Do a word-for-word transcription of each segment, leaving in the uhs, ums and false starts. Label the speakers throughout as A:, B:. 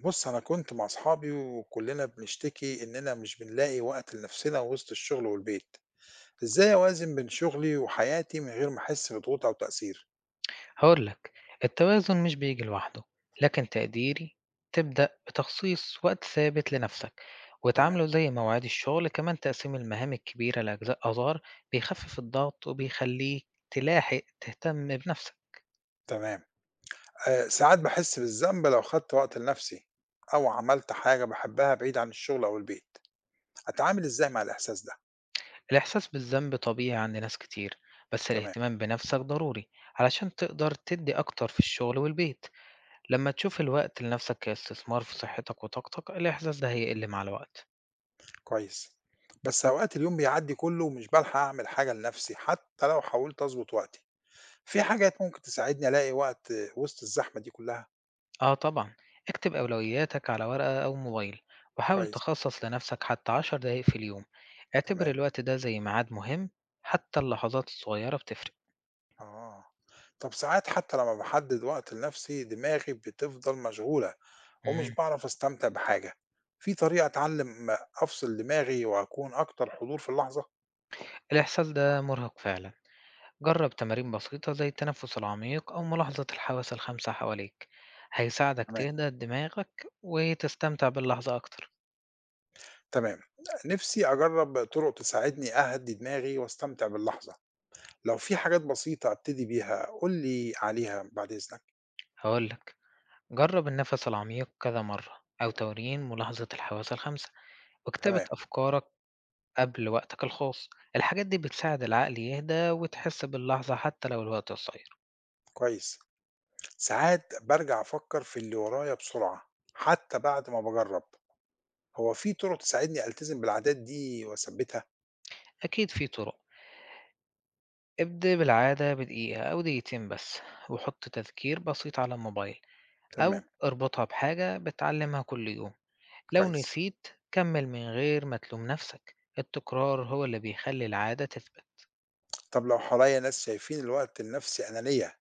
A: بُص، أنا كنت مع أصحابي وكُلّنا بنشتكي إننا مش بنلاقي وقت لنفسنا وسط الشغل والبيت، إزاي أوازن بين شغلي وحياتي من غير ما أحس بضغوط أو تأثير؟
B: هاقول لك، التوازن مش بييجي لوحده، لكن تقديري تبدأ بتخصيص وقت ثابت لنفسك،
A: تمام،
B: وتعامله زي مواعيد الشغل، كمان تقسيم المهام الكبيرة لأجزاء أصغر بيخفف الضغط وبيخليك تلاحق تهتم بنفسك.
A: تمام. آآ ساعات باحس بالذنب لو خدت وقت لنفسي أو عملت حاجة باحبها بعيد عن الشغل أو البيت، أتعامل إزاي مع الإحساس ده؟
B: الإحساس بالذنب طبيعي عند ناس كتير، بس
A: تمام،
B: الاهتمام بنفسك ضروري علشان تقدر تدي أكتر في الشغل والبيت، لما تشوف الوقت لنفسك كاستثمار في صحتك وطاقتك الإحساس ده هيقل مع الوقت.
A: كويس. بس أوقات اليوم بيعدّي كُلّه ومش بالحق أعمل حاجة لنفسي حتى لو حاولت أضبط وقتي، في حاجات ممكن تساعدني ألاقي وقت وسط الزحمة دي كُلّها؟
B: آه طبعًا، اكتب أولوياتك على ورقة أو موبايل، وحاول
A: كويس،
B: تخصص لنفسك حتى 10 دقايق في اليوم، اعتبر
A: تمام.
B: الوقت ده زي ميعاد مهم حتى اللحظات الصغيرة بتفرق.
A: آه. طب ساعات حتى لمّا باحدد وقت لنفسي دماغي بتفضل مشغولة ومش
B: إمم،
A: باعرف أستمتع بحاجة، في طريقة أتعلم أفصل دماغي وأكون أكتر حضور في اللحظة؟
B: الإحساس ده مرهق فعلًا، جرب تمارين بسيطة زي التنفس العميق أو ملاحظة الحواس ال5 حواليك، هيساعدك
A: تمام،
B: تهدى دماغك وتستمتع باللحظة أكتر.
A: تمام. نفسي أجرّب طرق تساعدني أهدّي دماغي وأستمتع باللحظة، لو في حاجات بسيطة أبتدي بيها قُل لي عليها بعد إذنك.
B: هاقول لك، جرب النفس العميق كذا مرة أو تمرين ملاحظة الحواس ال5 وكتابة
A: تمام،
B: أفكارك قبل وقتك الخاص. الحاجات دي بتساعد العقل يهدى وتحس باللحظة حتى لو الوقت قصير.
A: كويس. ساعات بارجع أفكر في اللي ورايا بسرعة حتى بعد ما باجرّب، هو في طرق تساعدني ألتزم بالعادات دي وأثبّتها؟
B: أكيد في طرق، ابدأ بالعادة بدقيقة أو دقيقتين بس وحط تذكير بسيط على الموبايل أو
A: تمام.
B: اربطها بحاجة بتعلمها كل يوم. لو
A: كويس.
B: نسيت كمل من غير ما تلوم نفسك، التكرار هو اللي بيخلي العادة تثبت.
A: طب لو حواليّا ناس شايفين الوقت النفسي أنانية،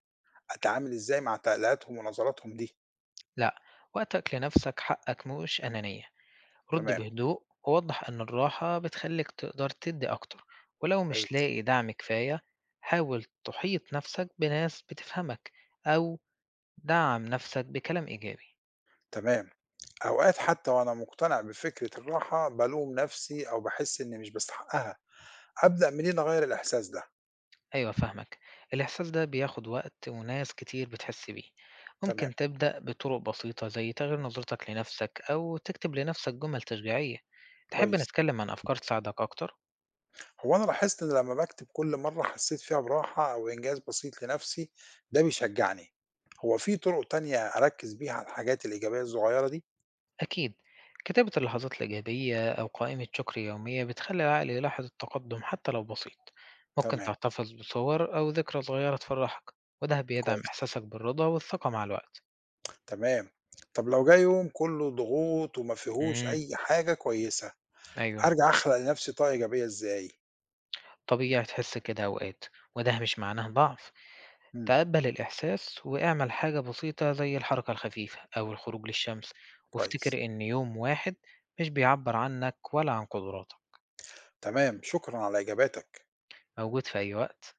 A: أتعامل إزاي مع تعليقاتهم ونظراتهم دي؟
B: لأ، وقتك لنفسك حقك مش أنانية، رد
A: تمام،
B: بهدوء ووضح إن الراحة بتخليك تقدر تدي أكتر، ولو مش
A: كويس،
B: لاقي دعم كفاية حاول تحيط نفسك بناس بتفهمك أو دعم نفسك بكلام إيجابي.
A: تمام. أوقات حتى وأنا مقتنع بفكرة الراحة بالوم نفسي أو باحس إني مش باستحقها، أبدأ منين أغيّر الإحساس ده؟
B: أيوة فاهمك، الإحساس ده بياخد وقت وناس كتير بتحس بيه.
A: تمام،
B: ممكن تبدأ بطرق بسيطة زي تغيير نظرتك لنفسك أو تكتب لنفسك جمل تشجيعية. تحب
A: كويس.
B: نتكلم عن أفكار تساعدك أكتر؟
A: هو أنا لاحظت إن لمّا باكتب كل مرّة حسيت فيها براحة أو إنجاز بسيط لنفسي، ده بيشجعني. هو في طرق تانية أركّز بيها على الحاجات الإيجابية الصغيّرة دي؟
B: أكيد، كتابة اللحظات الإيجابية أو قائمة شكر يومية بتخلي العقل يلاحظ التقدم حتى لو بسيط. ممكن
A: تمام،
B: تحتفظ بصور أو ذكرى صغيرة تفرحك، وده بيدعم
A: كويس.
B: إحساسك بالرضا والثقة مع الوقت.
A: تمام. طب لو جه يوم كُلّه ضغوط وما فيهوش
B: امم
A: أي حاجة كويسة،
B: أيوه.
A: أرجع أخلق لنفسي طاقة إيجابية إزاي؟
B: طبيعي تحس كده أوقات وده مش معناه ضعف.
A: إمم،
B: تقبل الإحساس واعمل حاجة بسيطة زي الحركة الخفيفة أو الخروج للشمس، وافتكر
A: كويس،
B: إن يوم واحد مش بيعبر عنك ولا عن قدراتك.
A: تمام، شكرًا على إجاباتك.
B: موجود في أي وقت.